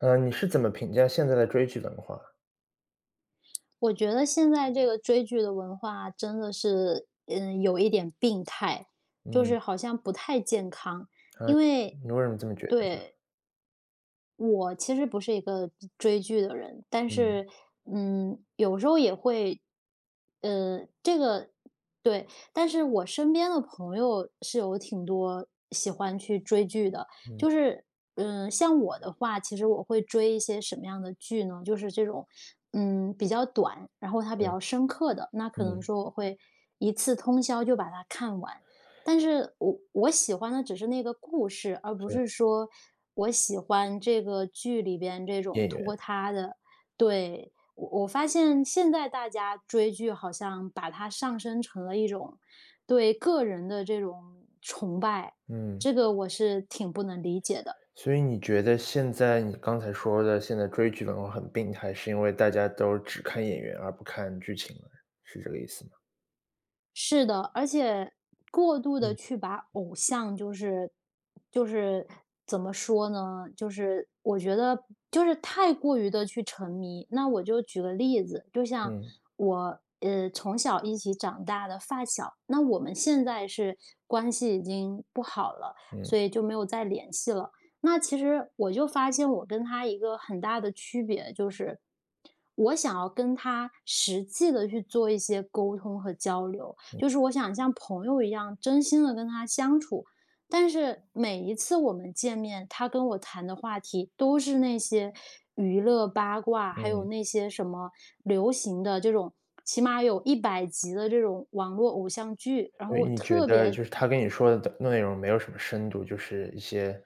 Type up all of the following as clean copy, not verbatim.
嗯，你是怎么评价现在的追剧文化？我觉得现在这个追剧的文化真的是，有一点病态，就嗯，是好像不太健康。啊，因为你为什么这么觉得？对，我其实不是一个追剧的人，但嗯，是，有时候也会，这个对，但是我身边的朋友是有挺多喜欢去追剧的，嗯，就是，像我的话，其实我会追一些什么样的剧呢？就是这种，比较短，然后它比嗯较深刻的，那可能嗯，说我会一次通宵就把它看完。但是我喜欢的只是那个故事，而不是，是说我喜欢这个剧里边这种演员，拖沓的。对，我发现现在大家追剧好像把它上升成了一种对个人的这种崇拜，嗯，这个我是挺不能理解的。所以你觉得现在你刚才说的现在追剧文化很病态，是因为大家都只看演员而不看剧情了，是这个意思吗？是的，而且过度的嗯，去把偶像就是就是怎么说呢，就是我觉得就是太过于的去沉迷。那我就举个例子，就像嗯，我，从小一起长大的发小，那我们现在是关系已经不好了，嗯，所以就没有再联系了。那其实我就发现我跟他一个很大的区别就是，我想要跟他实际的去做一些沟通和交流，嗯，就是我想像朋友一样，真心的跟他相处。但是每一次我们见面，他跟我谈的话题都是那些娱乐八卦，还有嗯，那些什么流行的这种，起码有100集的这种网络偶像剧。然后所以我你觉特得别就是他跟你说的内容没有什么深度，就是一些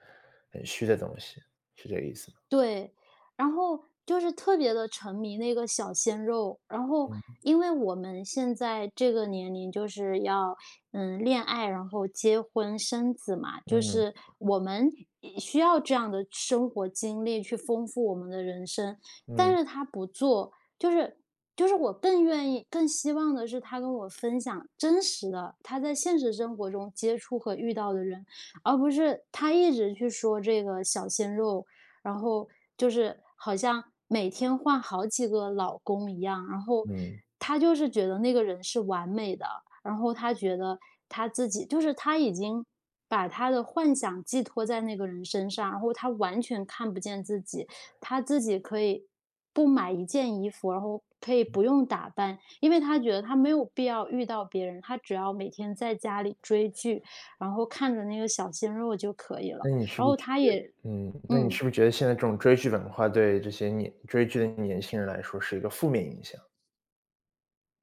很虚的东西，是这个意思吗？对，然后就是特别的沉迷那个小鲜肉，然后嗯，因为我们现在这个年龄就是要，恋爱，然后结婚生子嘛，就嗯，是我们也需要这样的生活经历去丰富我们的人生，但嗯，是他不做，就是我更愿意更希望的是他跟我分享真实的，他在现实生活中接触和遇到的人，而不是他一直去说这个小鲜肉，然后就是好像每天换好几个老公一样，然后嗯，她就是觉得那个人是完美的，然后她觉得她自己就是她已经把她的幻想寄托在那个人身上，然后她完全看不见自己，她自己可以不买一件衣服，然后可以不用打扮，因为她觉得她没有必要遇到别人，她只要每天在家里追剧，然后看着那个小鲜肉就可以了，那你是然不后是她也，那你嗯。是不是觉得现在这种追剧文化对这些年追剧的年轻人来说是一个负面影响？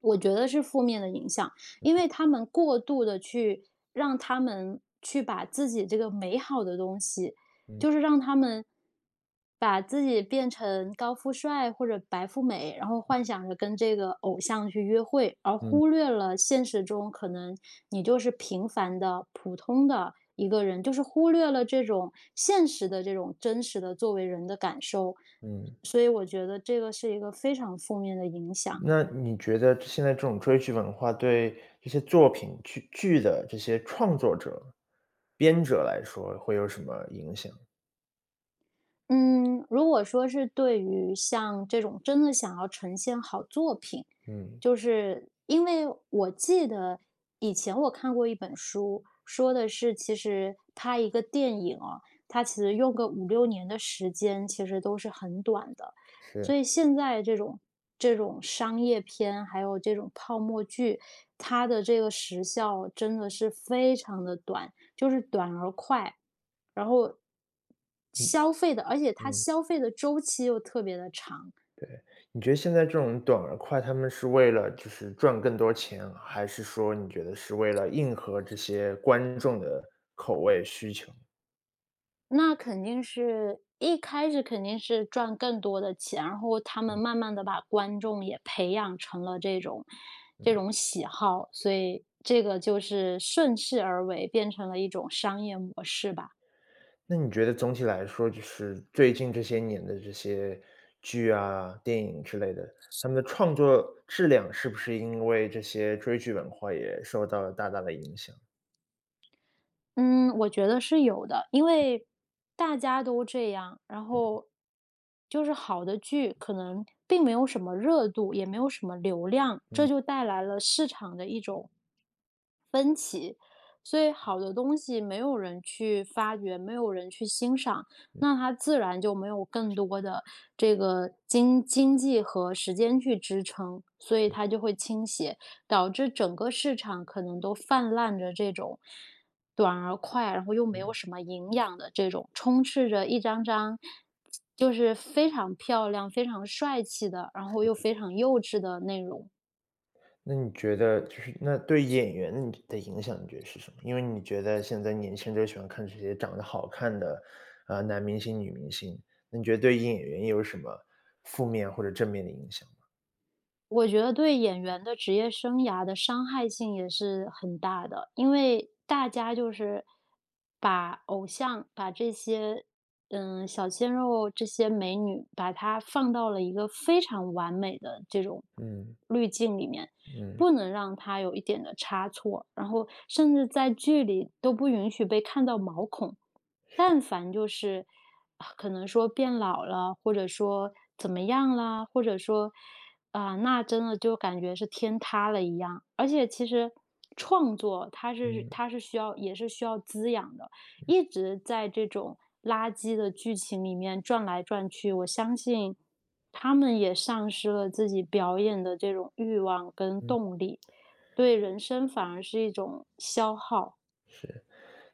我觉得是负面的影响，因为他们过度的去让他们去把自己这个美好的东西，嗯就是让他们把自己变成高富帅或者白富美，然后幻想着跟这个偶像去约会，而嗯忽略了现实中可能你就是平凡的、普通的一个人，就是忽略了这种现实的这种真实的作为人的感受，嗯，所以我觉得这个是一个非常负面的影响。那你觉得现在这种追剧文化对这些作品剧的这些创作者、编者来说会有什么影响？嗯，如果说是对于像这种真的想要呈现好作品，嗯，就是因为我记得以前我看过一本书，说的是其实拍一个电影哦，它其实用个5、6年的时间，其实都是很短的。所是，以现在这种商业片，还有这种泡沫剧，它的这个时效真的是非常的短，就是短而快，然后嗯消费的，而且它嗯，消费的周期又特别的长，你觉得现在这种短而快，他们是为了就是赚更多钱，还是说你觉得是为了迎合这些观众的口味需求？那肯定是一开始肯定是赚更多的钱，然后他们嗯慢慢的把观众也培养成了这种嗯喜好，所以这个就是顺势而为，变成了一种商业模式吧。那你觉得总体来说，就是最近这些年的这些剧啊、电影之类的，他们的创作质量是不是因为这些追剧文化也受到了大大的影响？嗯，我觉得是有的，因为大家都这样，然嗯后就是好的剧可能并没有什么热度，也没有什么流量，这嗯就带来了市场的一种所以好的东西没有人去发掘，没有人去欣赏，那它自然就没有更多的这个经济和时间去支撑，所以它就会倾斜，导致整个市场可能都泛滥着这种短而快，然后又没有嗯。什么营养的这种，充斥着一张张就是非常漂亮、非常帅气的，然后又非常幼稚的内容。那你觉得就是那对演员你的影响，你觉得是什么？因为你觉得现在年轻人都喜欢看这些长得好看的，啊、男明星、女明星，那你觉得对演员有什么负面或者正面的影响吗？我觉得对演员的职业生涯的伤害性也是很大的，因为大家就是把偶像、把这些小鲜肉、这些美女，把它放到了一个非常完美的这种嗯滤镜里面，嗯不能让它有一点的差错，然后甚至在剧里都不允许被看到毛孔。但凡就是啊可能说变老了，或者说怎么样啦，或者说啊，那真的就感觉是天塌了一样。而且其实创作嗯它是需要也是需要滋养的，一直在这种垃圾的剧情里面转来转去，我相信他们也丧失了自己表演的这种欲望跟嗯，动力，对人生反而是一种消耗。是。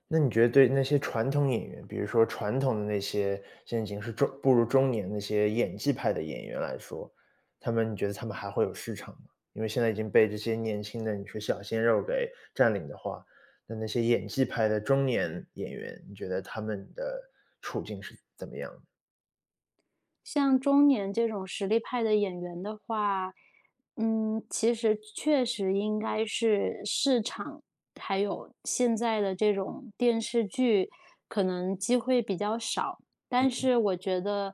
那你觉得对那些传统演员，比如说传统的那些现在已经是步入中年那些演技派的演员来说，他们你觉得他们还会有市场吗？因为现在已经被这些年轻的你说小鲜肉给占领的话，那那些演技派的中年演员，你觉得他们的处境是怎么样的？像中年这种实力派的演员的话，其实确实应该是市场，还有现在的这种电视剧，可能机会比较少。但是我觉得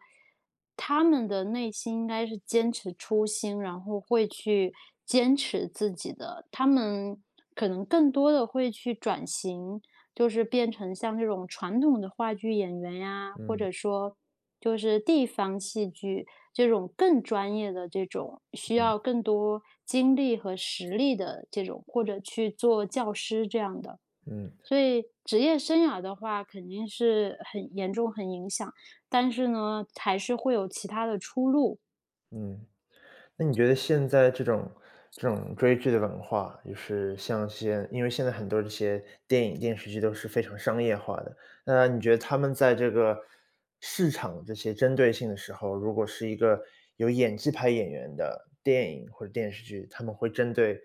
他们的内心应该是坚持初心，然后会去坚持自己的。他们可能更多的会去转型，就是变成像这种传统的话剧演员呀，或嗯者说就是地方戏剧这种更专业的这种，需嗯要更多精力和实力的这种，或者去做教师这样的。嗯所以职业生涯的话，肯定是很严重、很影响，但是呢，还是会有其他的出路。嗯。那你觉得现在这种这种追剧的文化，就是因为现在很多这些电影、电视剧都是非常商业化的，那你觉得他们在这个市场这些针对性的时候，如果是一个有演技派演员的电影或者电视剧，他们会针对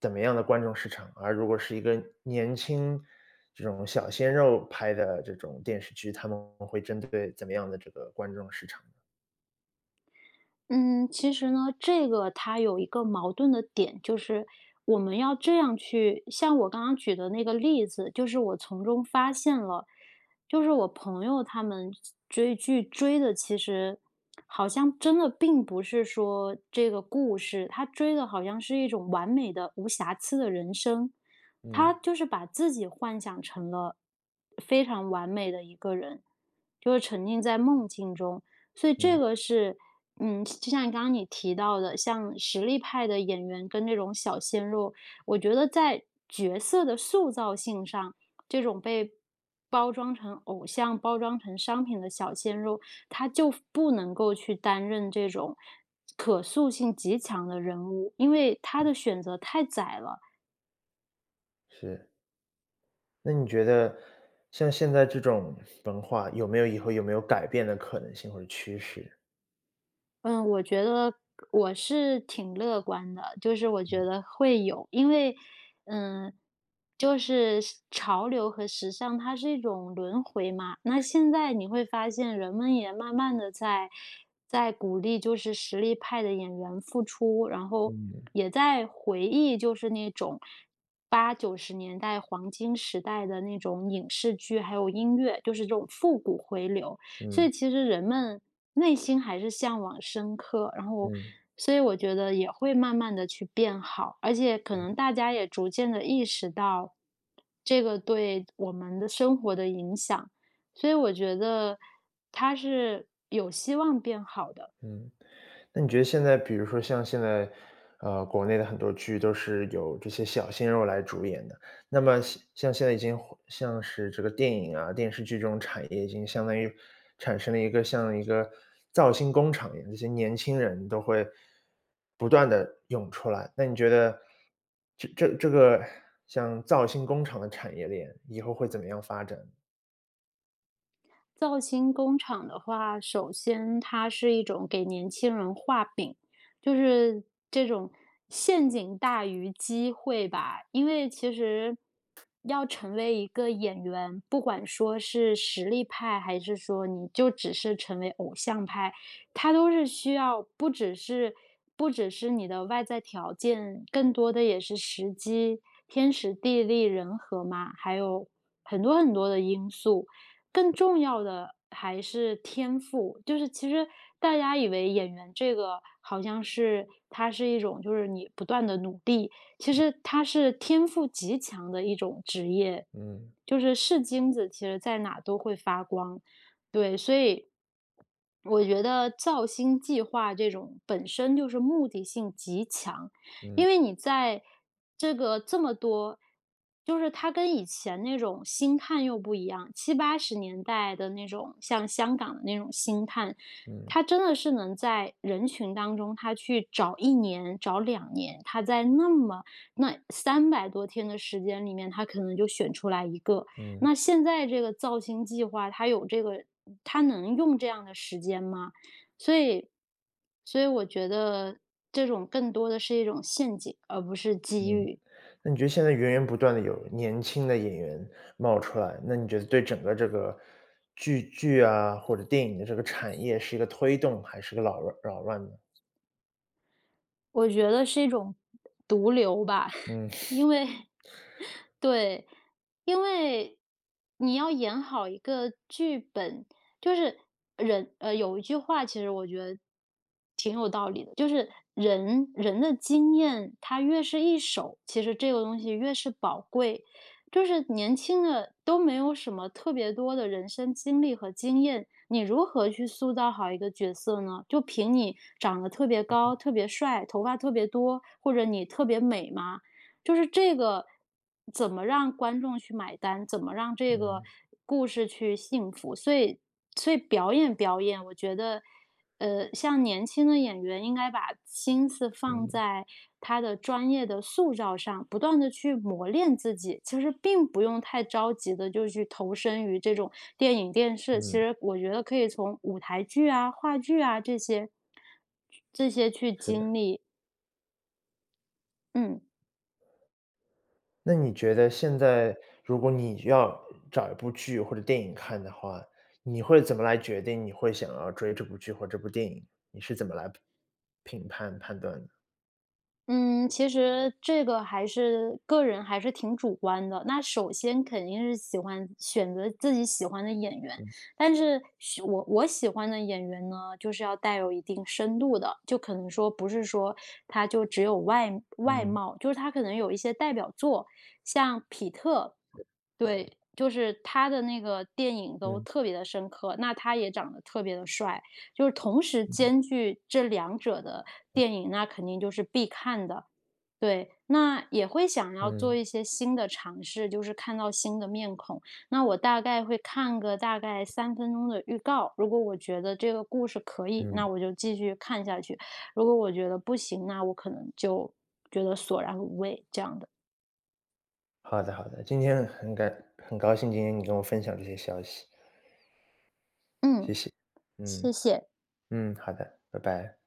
怎么样的观众市场？而如果是一个年轻这种小鲜肉拍的这种电视剧，他们会针对怎么样的这个观众市场呢？嗯，其实呢，这个它有一个矛盾的点，就是我们要这样去，像我刚刚举的那个例子，就是我从中发现了，就是我朋友他们追剧追的，其实好像真的并不是说这个故事，他追的好像是一种完美的、无瑕疵的人生，他嗯，就是把自己幻想成了非常完美的一个人，就是沉浸在梦境中，所以这嗯，个是。就像刚刚你提到的，像实力派的演员跟这种小鲜肉，我觉得在角色的塑造性上，这种被包装成偶像、包装成商品的小鲜肉，他就不能够去担任这种可塑性极强的人物，因为他的选择太窄了。是。那你觉得像现在这种文化，以后有没有改变的可能性或者趋势？嗯，我觉得我是挺乐观的，就是我觉得会有，因为，嗯，就是时潮流和时尚，它是一种轮回嘛。那现在你会发现，人们也慢慢的在鼓励，就是实力派的演员复出，然后嗯，也在回忆，就是那种80、90年代黄金时代的那种影视剧，还有音乐，就是这种复古回流。所以嗯，其实人们内心还是向往深刻，然后嗯，所以我觉得也会慢慢的去变好，而且可嗯，能大家也逐渐的意识到这个对我们的生活的影响，所以我觉得它是有希望变好的。嗯。那你觉得现在比如说像现在，呃，国内的很多剧都是由这些小鲜肉来主演的，那么像现在已经像是这个电影啊、电视剧这种产业已经相当于产生了一个像一个造星工厂一样，这些年轻人都会不断的涌出来。那你觉得这个像造星工厂的产业链以后会怎么样发展？造星工厂的话，首先它是一种给年轻人画饼，就是这种陷阱大于机会吧。因为其实要成为一个演员，不管说是实力派，还是说你就只是成为偶像派，它都是需要不只是你的外在条件，更多的也是时机、天时地利人和嘛，还有很多很多的因素。更重要的还是天赋，就是其实大家以为演员这个好像是它是一种就是你不断的努力，其实它是天赋极强的一种职业，嗯，就是是金子，其实在哪都会发光。对，所以我觉得造星计划这种本身就是目的性极强，嗯，因为你在这个这么多，就是它跟以前那种星探又不一样，70、80年代的那种像香港的那种星探，嗯，他真的是能在人群当中，他去找一年、找两年，他在那么那300多天的时间里面，他可能就选出来一个。嗯，那现在这个造星计划，它有这个，它能用这样的时间吗？所以，所以我觉得这种更多的是一种陷阱，而不是机嗯。遇。那你觉得现在源源不断的有年轻的演员冒出来，那你觉得对整个这个剧啊，或者电影的这个产业是一个推动还是个扰乱呢？我觉得是一种毒瘤吧，嗯，因为对，因为你要演好一个剧本，就是有一句话，其实我觉得挺有道理的，就是人人的经验，它越是一手，其实这个东西越是宝贵。就是年轻的都没有什么特别多的人生经历和经验，你如何去塑造好一个角色呢？就凭你长得特别高、特别帅、头发特别多，或者你特别美吗？就是这个，怎么让观众去买单？怎么让这个嗯，故事去幸福？所以，所以表演表演，我觉得像年轻的演员应该把心思放嗯，在他的专业的塑造上，不断的去磨练自己。其实并不用太着急的，就去投身于这种电影、电视，其嗯，实我觉得可以从舞台剧啊、话剧啊这些去是经的。历，嗯。那你觉得现在如果你要找一部剧或者电影看的话，你会怎么来决定你会想要追这部剧或这部电影？你是怎么来判断的？嗯，其实这个还是个人还是挺主观的。那首先肯定是喜欢选择自己喜欢的演员，但是我喜欢的演员呢，就是要带有一定深度的，就可能说不是说他就只有外嗯，貌，就是他可能有一些代表作，像皮特，对，就是他的那个电影都嗯，特别的深刻，那他也长得特别的帅，就是同时嗯，兼具这两者的电影，那肯定就是必看的。对，那也会想要做嗯，一些新的尝试，就是看到新的面孔。那我大概会看个大概3分钟的预告，如果我觉得这个故事可以，那嗯。我就继续看下去，如果我觉得不行，那我可能就觉得索然无味这样的。好的好的，今天很高兴今天你跟我分享这些消息，嗯，谢谢。谢嗯，谢。嗯，好的，拜拜。